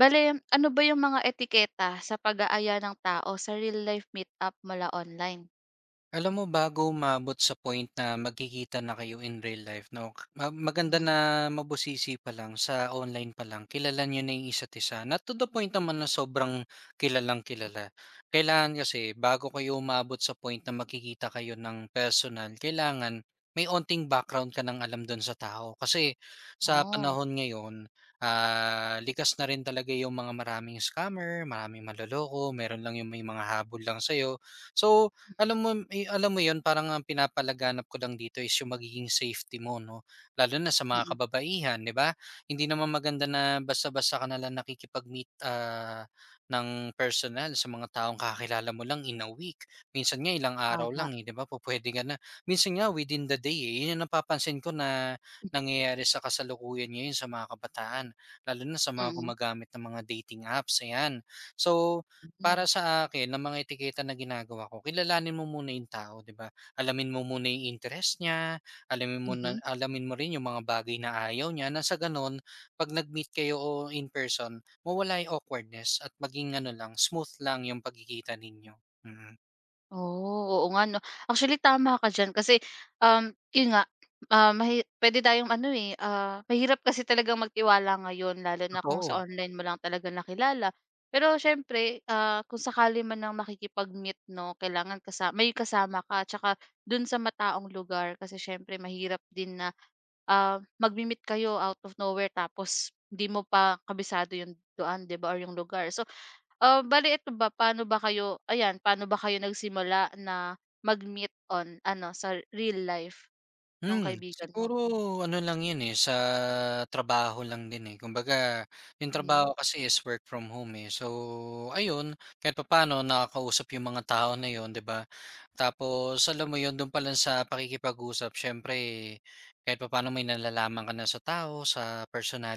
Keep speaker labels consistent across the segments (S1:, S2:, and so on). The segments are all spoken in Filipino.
S1: Bale, ano ba yung mga etiketa sa pag-aaya ng tao sa real life meet-up mula online?
S2: Alam mo bago umabot sa point na magkikita na kayo in real life 'no, maganda
S1: Mhm.
S2: na mabusisi pa lang sa online pa lang kilala niyo na yung isa't isa na to the point naman na sobrang kilalang-kilala. Kailangan kasi bago kayo umabot sa point na magkikita kayo ng personal, kailangan may onting background ka ng alam dun sa tao. Kasi sa
S1: Oh.
S2: panahon ngayon, likas na rin talaga yung mga maraming scammer, maraming maloloko, meron lang yung may mga habol lang sa'yo. So alam mo 'yun parang ang pinapalaganap ko lang dito is yung magiging safety mo 'no, lalo na sa mga
S1: Mm.
S2: kababaihan, 'di ba? Hindi naman maganda na basta-basta ka na lang nakikipag-meet, ng personal sa mga taong kakilala mo lang in a week. Minsan nga ilang araw
S1: Tama.
S2: lang, eh, 'di ba pupuwede ka na. Minsan nga within the day, eh, 'yun ang napapansin ko na nangyayari sa kasalukuyan ngayon sa mga kabataan, lalo na sa mga
S1: Mm.
S2: gumagamit ng mga dating apps, ayan. So
S1: Hmm.
S2: para sa akin ng mga etiketa na ginagawa ko, kilalanin mo muna yung tao, 'di ba? Alamin mo muna yung interest niya, alamin mo na
S1: Mhm.
S2: alamin mo rin yung mga bagay na ayaw niya. Na sa gano'n 'pag nag-meet kayo o in person, mawala yung awkwardness at maging ano lang, smooth lang yung pagkikita ninyo. Mm,
S1: Oh, oo nga 'no. Actually tama ka diyan kasi, 'yun nga, puwede tayong ano, eh, mahirap kasi talagang magtiwala ngayon lalo na kung
S2: totoo.
S1: sa online mo lang talaga nakilala. Pero siyempre, kung sakali man ng makikipag-meet 'no, kailangan kasa may kasama ka tsaka dun sa mataong lugar kasi siyempre mahirap din na, magmi-meet kayo out of nowhere tapos hindi mo pa kabisado 'yung daan, 'di ba, or 'yung lugar. So, bale ito ba, paano ba kayo nagsimula na mag-meet on ano, sa real life nung kaibigan mo?
S2: Siguro ano lang 'yun, eh, sa trabaho lang din, eh. Kumbaga 'yung
S1: Mhm.
S2: trabaho kasi is work from home, eh. So, ayun kahit papaano nakakausap 'yung mga tao na 'yun, 'di ba? Tapos alam mo 'yun, do'n pa lang sa pakikipag-usap siyempre kahit papaano may nalalaman ka na sa tao, sa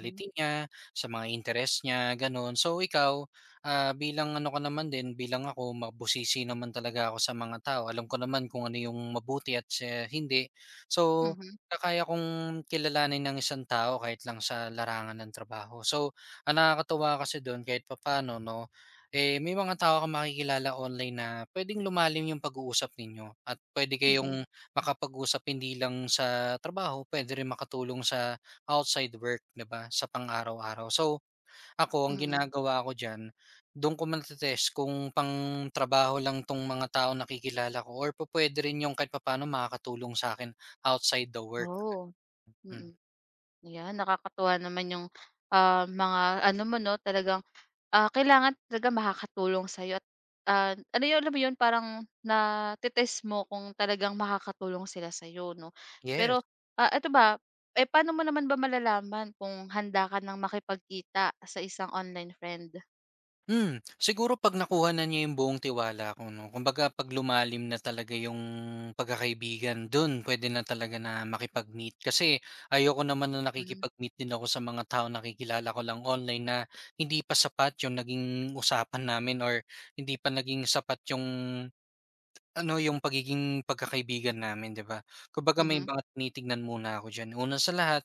S1: Mhm.
S2: niya, sa mga interes niya, gano'n. So, ikaw, bilang ano ka naman din, bilang ako mabusisi naman talaga ako sa mga tao. Alam ko naman kung ano 'yung mabuti at sa hindi. So,
S1: Mhm.
S2: nakaya kong kilalanin ng isang tao kahit lang sa larangan ng trabaho. So, ang nakakatuwa kasi do'n kahit papaano 'no, eh, may mga tao kang makikilala online na puwedeng lumalim yung pag-uusap ninyo at pwede
S1: Mm.
S2: kayong makapag-usap hindi lang sa trabaho, puwede rin makatulong sa outside work, 'di ba, sa pang-araw-araw. So, ako ang
S1: Mm.
S2: ginagawa ko diyan, dun ko mate-test kung pang trabaho lang 'tong mga taong nakikilala ko or po pwede rin yung kahit papaano makakatulong sa akin outside the work.
S1: Oh.
S2: Hmm,
S1: Mm. Ayan, nakakatuwa naman yung, mga ano mo 'no, talagang kailangan talaga makakatulong sa'yo at, ano yun, alam mo yun, parang nate-test mo kung talagang makakatulong sila sa'yo 'no.
S2: yes.
S1: Pero, eto ba, eh, paano mo naman ba malalaman kung handa ka ng makipagkita sa isang online friend?
S2: Siguro 'pag nakuha na niya yung buong tiwala ko 'no, kumbaga 'pag lumalim na talaga yung pagkakaibigan, dun pwede na talaga na makipag-meet. Kasi ayoko naman na
S1: Hmm.
S2: nakikipag-meet din ako sa mga taong nakikilala ko lang online na hindi pa sapat yung naging usapan namin or hindi pa naging sapat yung ano, yung pagiging pagkakaibigan namin, 'di ba? Kumbaga may
S1: Mhm.
S2: mga tinitignan muna ako diyan. Una sa lahat,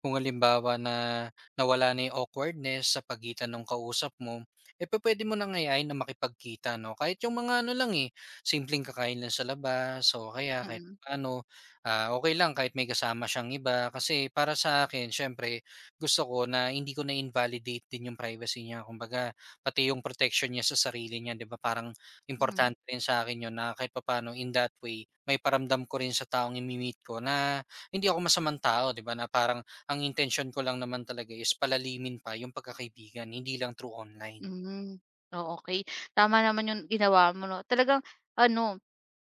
S2: kung halimbawa na nawala na yung awkwardness sa pagitan nung kausap mo, eh, pwede mo nang yayain na makipagkita 'no, kahit yung mga ano lang, eh, simpleng kakain lang sa labas o kaya kahit
S1: Mm.
S2: ano, okey lang kahit may kasama siyang iba. Kasi para sa akin siyempre gusto ko na hindi ko na-invalidate din yung privacy niya. Kumbaga pati yung protection niya sa sarili niya, 'di ba, parang
S1: Mm.
S2: importante rin sa akin 'yun na kahit papaano in that way, may paramdam ko rin sa taong imi-meet ko na hindi ako masamang tao, 'di ba, na parang ang intention ko lang naman talaga is palalimin pa 'yung pagkakaibigan, hindi lang through online.
S1: Hmm. Oh, okay. Tama naman yung ginawa mo 'no. Talagang ano,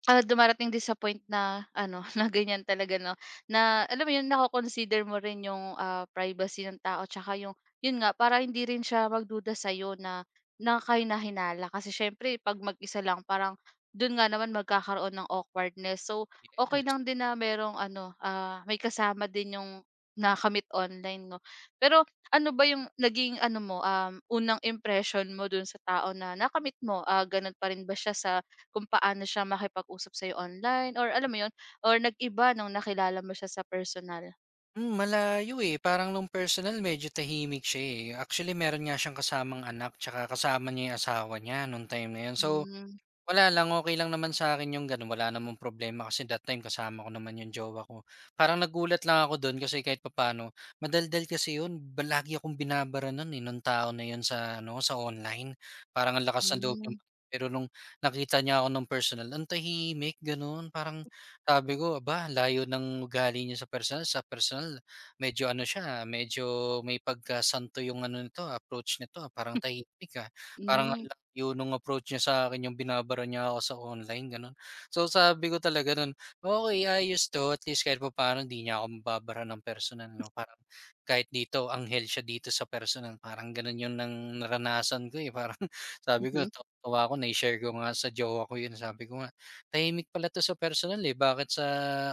S1: dumarating din sa point na ano, na ganyan talaga 'no, na alam mo yun, nako-consider mo rin yung, privacy ng tao tsaka yung yun nga, para hindi rin siya magduda sa'yo na na kahinahinala. Kasi siyempre 'pag mag-isa lang, parang dun nga naman magkakaroon ng awkwardness. So, okay
S2: Yes.
S1: lang din na merong ano, may kasama din yung nakamit online 'no. Pero ano ba yung naging ano mo, unang impression mo dun sa tao na nakamit mo? Ganun pa rin ba siya sa kung paano siya makipag-usap sa'yo online, or alam mo yun, or nag-iba nung nakilala mo siya sa personal?
S2: Malayo, eh, parang nung personal medyo tahimik siya, eh. Actually meron nga siyang kasamang anak 'tsaka kasama niya 'yung asawa niya nung time na 'yun. So
S1: Hmm.
S2: wala lang, okey lang naman sa'kin yung gano'n, wala namang problema kasi that time kasama ko naman yung jowa ko. Parang nagulat lang ako do'n kasi kahit papaano madaldal kasi 'yun, ba lagi akong binabara no'n, eh, nung tao na 'yun sa ano, sa online. Parang ang lakas ng loob niya
S1: Hmm.
S2: pero nung nakita niya ako ng personal, ang tahimik gano'n. Parang sabi ko, "Aba, layo ng ugali niya sa personal." Sa personal medyo ano siya, medyo may pagkasanto yung ano nito, approach nito, parang tahimik, parang ang
S1: Hmm.
S2: yun nung approach niya sa'kin, yung binabara niya ako sa online, gano'n. So, sabi ko talaga nun, "Okay, ayos 'to at least kahit pa paano hindi niya ako mababara ng personal 'no." Parang kahit dito anghel siya dito sa personal, parang gano'n yun ang naranasan ko, eh. Parang sabi ko
S1: Mhm.
S2: natuwa ako, nai-share ko nga sa jowa ko yun, sabi ko nga, "Tahimik pala 'to sa personal, eh, bakit sa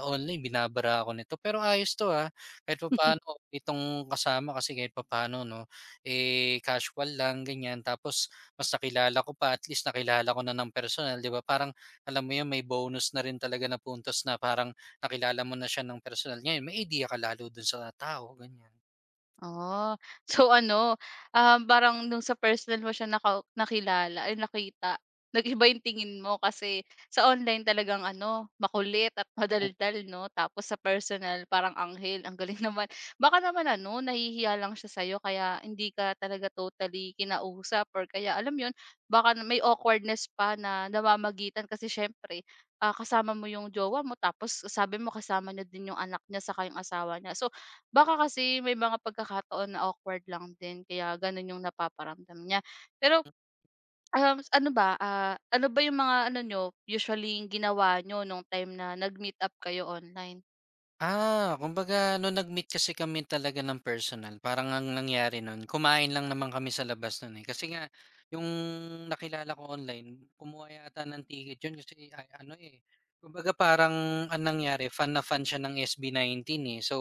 S2: online binabara ako nito? Pero ayos 'to, ah, kahit papaano okey 'tong kasama kasi kahit pa paano 'no, eh, casual lang, ganiyan." Tapos mas nakilala ko pa, at least nakilala ko na ng personal, 'di ba? Parang alam mo 'yun, may bonus na rin talaga na puntos na parang nakilala mo na siya ng personal. Ngayon may idea ka lalo dun sa tao, ganiyan.
S1: Oh, so ano, parang nung sa personal mo siya nakilala nag-iba yung tingin mo kasi sa online talagang ano, makulit at madaldal 'no, tapos sa personal parang anghel, ang galing naman. Baka naman ano, nahihiya lang siya sa'yo kaya hindi ka talaga totally kinausap, or kaya alam 'yun, baka may awkwardness pa na namamagitan kasi siyempre, kasama mo yung jowa mo tapos sabi mo kasama niyo din yung anak niya sa yung asawa niya. So, baka kasi may mga pagkakataon na awkward lang din kaya gano'n yung napaparamdam niya. Pero, um, s- ano ba, ah, ano ba yung mga ano niyo, usually yung ginawa niyo nung time na nag-meet up kayo online?
S2: Ah, kumbaga nung nag-meet kasi kami talaga ng personal, parang ang nangyari nun, kumain lang naman kami sa labas nun, eh. Kasi nga yung nakilala ko online, kumuha yata ng ticket yun kasi ay ano, eh, kumbaga parang ang nangyari fan na fan siya ng SB19, eh. So,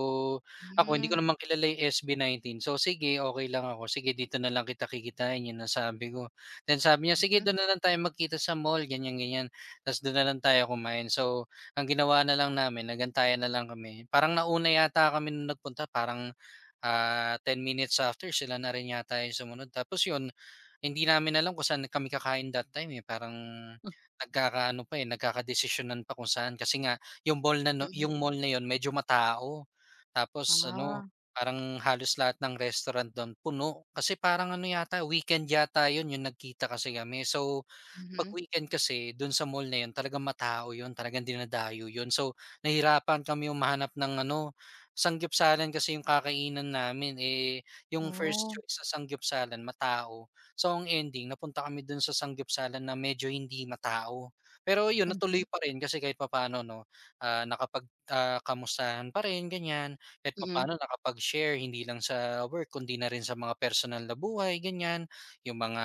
S2: ako hindi ko
S1: Hmm.
S2: naman kilala yung SB19. So, sige okay lang ako, sige dito na lang kita kikitain, yun ang sabi ko. Then sabi niya, "Sige
S1: Mhm.
S2: dun na lang tayo magkita sa mall," ganyan, ganyan. Ta's dun na lang tayo kumain. So ang ginawa na lang namin nagantayan na lang kami. Parang nauna yata kami nung nagpunta, parang, 10 minutes after sila na rin yata yung sumunod. Tapos yun, hindi namin alam kung saan kami kakain that time, eh, parang
S1: Hmm.
S2: nagkakaano pa, eh, nagkakadesisyonan pa kung saan kasi nga
S1: Mm.
S2: yung mall na yun medyo matao. Tapos ano,
S1: Ah.
S2: parang halos lahat ng restaurant dun puno. Kasi parang ano yata weekend yata yun yung nagkita kasi kami. So 'pag
S1: Mhm.
S2: weekend kasi dun sa mall na yun talagang matao yun, talagang dinadayo yun. So, nahirapan kami humanap ng ano, sanggupsalan kasi yung kakainan namin, eh, yung first
S1: Oh.
S2: choice sa sanggupsalan matao. So, ang ending napunta kami dun sa sanggupsalan na medyo hindi matao. Pero yun, natuloy
S1: Mhm.
S2: pa rin kasi kahit papaano 'no, ah, nakapag, kamustahan pa rin ganyan, kahit
S1: Mm.
S2: papaano nakapag-share hindi lang sa work kundi na rin sa mga personal na buhay ganyan, yung mga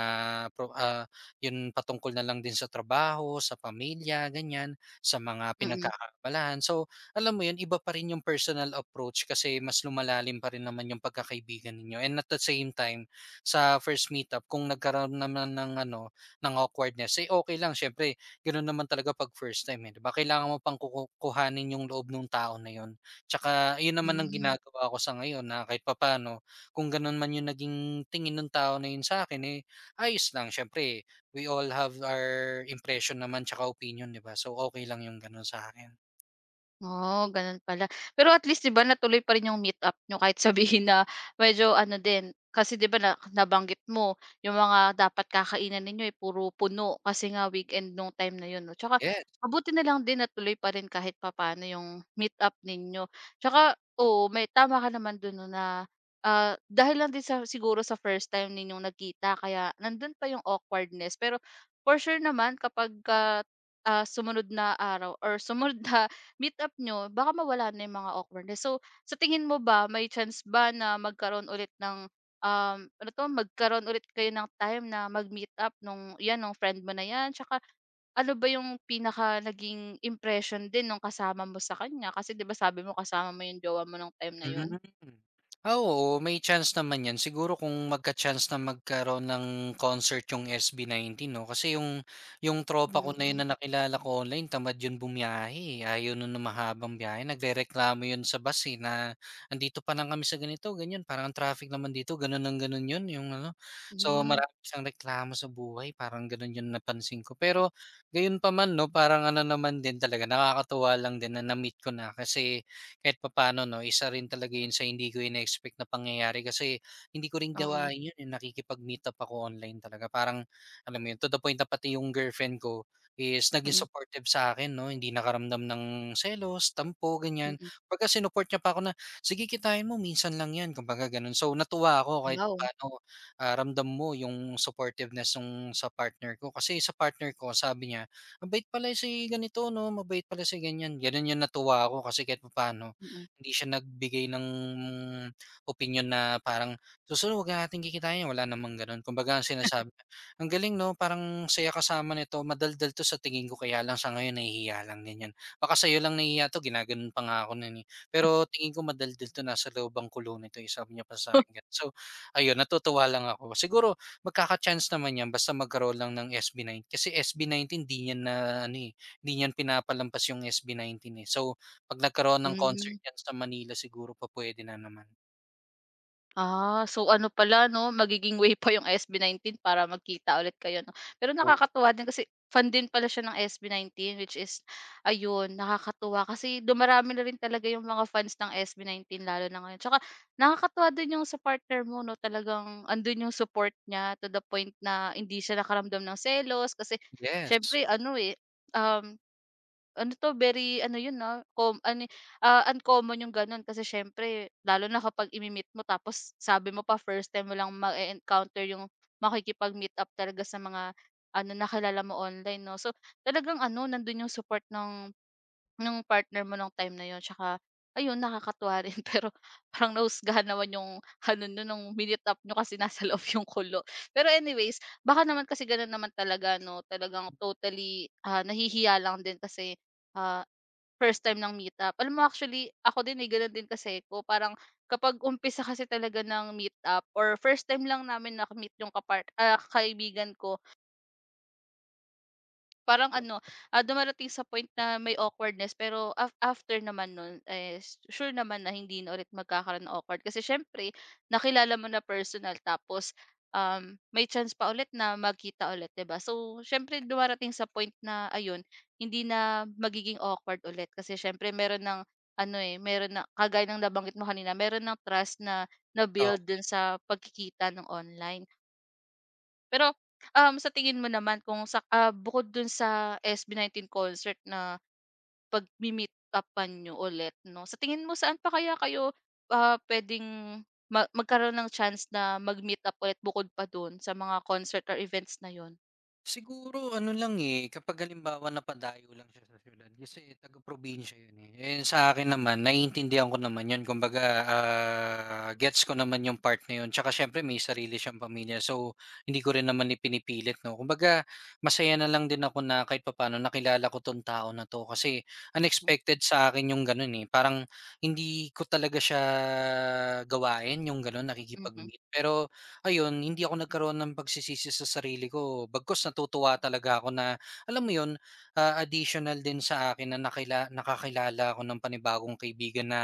S2: ah 'yun patungkol na lang din sa trabaho, sa pamilya, ganiyan, sa mga
S1: Mm.
S2: pinagkakaabalahan. So, alam mo 'yun, iba pa rin yung personal approach kasi mas lumalalim pa rin naman yung pagkakaibigan ninyo, and at the same time, sa first meetup kung nagkaroon naman ng ano, ng awkwardness, eh, okay lang syempre, gano'n naman talaga 'pag first time, eh, 'di ba? Kailangan mo pang kuhanin yung loob nung tao na 'yun. Tsaka ayun naman ang
S1: Hmm.
S2: ginagawa ko sa ngayon na kahit papaano kung gano'n man yung naging tingin nung tao na 'yun sa akin, eh, ayos lang syempre. We all have our impression naman tsaka opinion, 'di ba? So, okay lang yung gano'n akin.
S1: Oh, ganun pala. Pero at least 'di ba natuloy pa rin yung meet-up niyo kahit sabihin na medyo ano din, kasi 'di ba na nabanggit mo yung mga dapat kakainan ninyo, eh, puro puno kasi nga weekend nung time na yun 'no. Tsaka
S2: Yes.
S1: mabuti na lang din natuloy pa rin kahit papaano yung meet-up ninyo. Tsaka oo, may tama ka naman dun 'no na, dahil lang din sa siguro sa first time ninyong nagkita kaya nandun pa yung awkwardness. Pero for sure naman kapagka, sumunod na araw or sumunod na meet up niyo baka mawala na yung mga awkwardness. So, sa tingin mo ba may chance ba na magkaroon ulit kayo ng time na mag-meet up nung friend mo na 'yan? Tsaka ano ba yung pinaka naging impression din nung kasama mo sa kanya? Kasi 'di ba sabi mo kasama mo yung jowa mo nung time na
S2: Hmm.
S1: yun?
S2: Ah, oo, may chance naman 'yan. Siguro kung magka-chance na magkaroon ng concert yung SB19 'no, kasi yung tropa ko
S1: Mm.
S2: na yun na nakilala ko online tamad yun bumiyahe, eh. Ayaw nun ng mahabang biyahe, nagrereklamo yun sa bus, eh, na, "Andito pa lang kami sa ganito, ganyan, parang ang traffic naman dito." Ganun ng ganun yun yung ano. So,
S1: Hmm.
S2: marami siyang reklamo sa buhay, parang ganun yun napansin ko. Pero gayunpaman 'no, parang ano naman din talaga, nakakatuwa lang din na na-meet ko na kasi kahit papaano 'no, isa rin talaga 'yun sa hindi ko ine-expect na pangyayari kasi hindi ko rin
S1: Oo.
S2: gawain 'yun, eh, nakikipag-meet up ako online talaga. Parang alam mo 'yun, to the point na pati yung girlfriend ko is naging
S1: Mm.
S2: supportive sa akin 'no, hindi nakaramdam ng selos, tampo, ganiyan.
S1: Mm.
S2: Kumbaga sinupport niya pa ako na, "Sige kitain mo minsan lang 'yan," kumbaga gano'n. So natuwa ako kahit
S1: Wow.
S2: papaano, ramdam mo yung supportiveness ng sa partner ko kasi sa partner ko sabi niya, "Mabait pala si ganito 'no, mabait pala si ganiyan." Gano'n 'yun, natuwa ako kasi kahit papaano
S1: Mm.
S2: hindi siya nagbigay ng opinyon na parang, "Susunod huwag na natin kikitain." Wala namang gano'n. Kumbaga ang sinasabi niya, "Ang galing 'no, parang saya kasama nito, madaldal 'to sa tingin ko kaya lang sa ngayon nahihiya lang," ganyan. "Baka sa'yo lang nahihiya 'to, ginagano'n pa nga ako no'n, eh. Pero tingin ko madaldal 'to, nasa loob ang kulo nito, eh." Sabi niya pa sa'kin gano'n. So, ayun natutuwa lang ako. Siguro magkaka-chance naman 'yan basta magkaroon lang ng SB9 kasi SB19 di niyan na ano, eh, di niyan pinapalampas yung SB19, eh. So, 'pag nagkaroon ng concert
S1: Hmm.
S2: yan sa Manila siguro pupuwede na naman.
S1: So ano pala 'no, magiging way pa yung SB19 para magkita ulit kayo 'no. Pero
S2: Oh,
S1: nakakatuwa din kasi fan din pala siya ng SB19, which is ayun, nakakatuwa kasi dumarami na rin talaga yung mga fans ng SB19 lalo na ngayon. Tsaka nakakatuwa din yung sa partner mo 'no, talagang andun yung support niya to the point na hindi siya nakaramdam ng selos kasi
S2: yes.
S1: siyempre ano, eh, um, ano 'to, very ano yun, uncommon yung gano'n kasi siyempre lalo na kapag imi-meet mo tapos sabi mo pa first time mo lang encounter yung makikipag-meet up talaga sa mga ano, nakilala mo online 'no. So, talagang ano, nandun yung support ng partner mo nung time na 'yun, tsaka ayun nakakatuwa rin pero parang nahusgahan naman yung ano niyo nung minute up niyo kasi nasa loob yung kulo. Pero anyways, baka naman kasi gano'n naman talaga 'no, talagang totally, nahihiya lang din kasi, ah First time ng meet-up. Alam mo actually ako din, eh, gano'n din kasi ko parang kapag umpisa kasi talaga ng meet-up or first time lang namin yung kaibigan ko. Parang ano, dumarating sa point na may awkwardness pero after naman nun, eh, sure naman na hindi na ulit magkakaroon ng awkward kasi siyempre nakilala mo na personal, tapos, may chance pa ulit na magkita ulit, 'di ba? So, siyempre dumarating sa point na ayun, hindi na magiging awkward ulit kasi siyempre meron ng ano, eh, meron ng kagaya ng nabanggit mo kanina, meron ng trust na na-build dun sa pagkikita ng online. Pero, sa tingin mo naman kung bukod dun sa SB19 concert na pagmi-meet-up-an ulit 'no, sa tingin mo saan pa kaya kayo, puwedeng magkaroon ng chance na mag-meet-up ulit bukod pa dun sa mga concert or events na yon.
S2: Siguro ano lang, eh, kapag halimbawa napadayo lang siya sa siyudad kasi taga-probinsya 'yun, eh. Eh, sa akin naman naiintindihan ko naman 'yun kumbaga, gets ko naman yung part na 'yun, tsaka siyempre may sarili siyang pamilya so hindi ko rin naman ipinipilit 'no. Kumbaga masaya na lang din ako na kahit papaano nakilala ko 'tong tao na 'to kasi
S1: Hmm.
S2: unexpected sa akin yung gano'n, eh, parang hindi ko talaga siya gawain yung gano'n
S1: Mhm.
S2: nakikipag-meet pero ayun, hindi ako nagkaroon ng pagsisisi sa sarili ko, bagkus natutuwa talaga ako na alam mo 'yun, additional din sa akin na nakakilala ako ng panibagong kaibigan na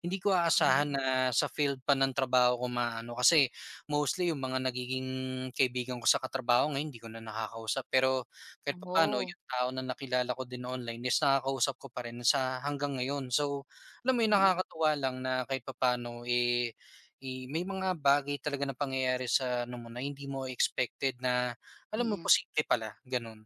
S2: hindi ko aasahan
S1: Mhm.
S2: na sa field pa ng trabaho ko maano. Kasi mostly yung mga nagiging kaibigan ko sa katrabaho ngayon hindi ko na nakakausap. Pero kahit papaano
S1: Oh.
S2: yung tao na nakilala ko din online is nakakausap ko pa rin sa hanggang ngayon. So, alam mo 'yun,
S1: Mm.
S2: nakakatuwa lang na kahit papaano, may mga bagay talaga na pangyayari sa ano mo na hindi mo expected na alam mo
S1: Mm.
S2: posible pala, gano'n.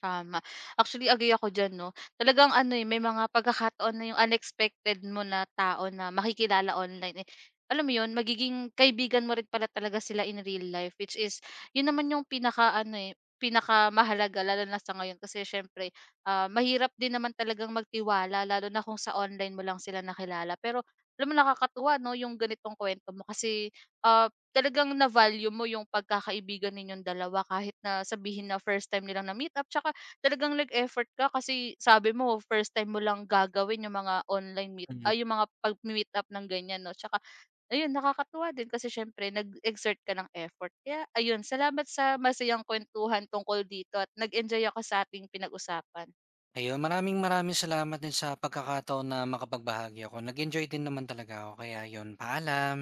S1: Tama. Actually, agree ako diyan 'no. Talagang ano, eh, may mga pagkakataon na yung unexpected mo na tao na makikilala online, eh, alam mo yun, magiging kaibigan mo rin pala talaga sila in real life, which is yun naman yung pinakamahalaga lalo na sa ngayon kasi siyempre, mahirap din naman talagang magtiwala lalo na kung sa online mo lang sila nakilala. Pero alam mo nakakatuwa 'no, yung ganitong kuwento mo kasi, talagang na-value mo yung pagkakaibigan ninyong dalawa kahit na sabihin na first time nilang na-meet up, tsaka talagang nag-effort ka kasi sabi mo first time mo lang gagawin yung mga online meet
S2: Mm.
S1: ay yung mga pag meet up ng ganyan 'no, tsaka ayun nakakatuwa din kasi siyempre nag-exert ka ng effort. Kaya ayun, salamat sa masayang kuwentuhan tungkol dito at nag-enjoy ako sa ating pinag-usapan.
S2: Ayun, maraming maraming salamat din sa pagkakataon na makapagbahagi ako. Nag-enjoy din naman talaga ako kaya 'yun, paalam.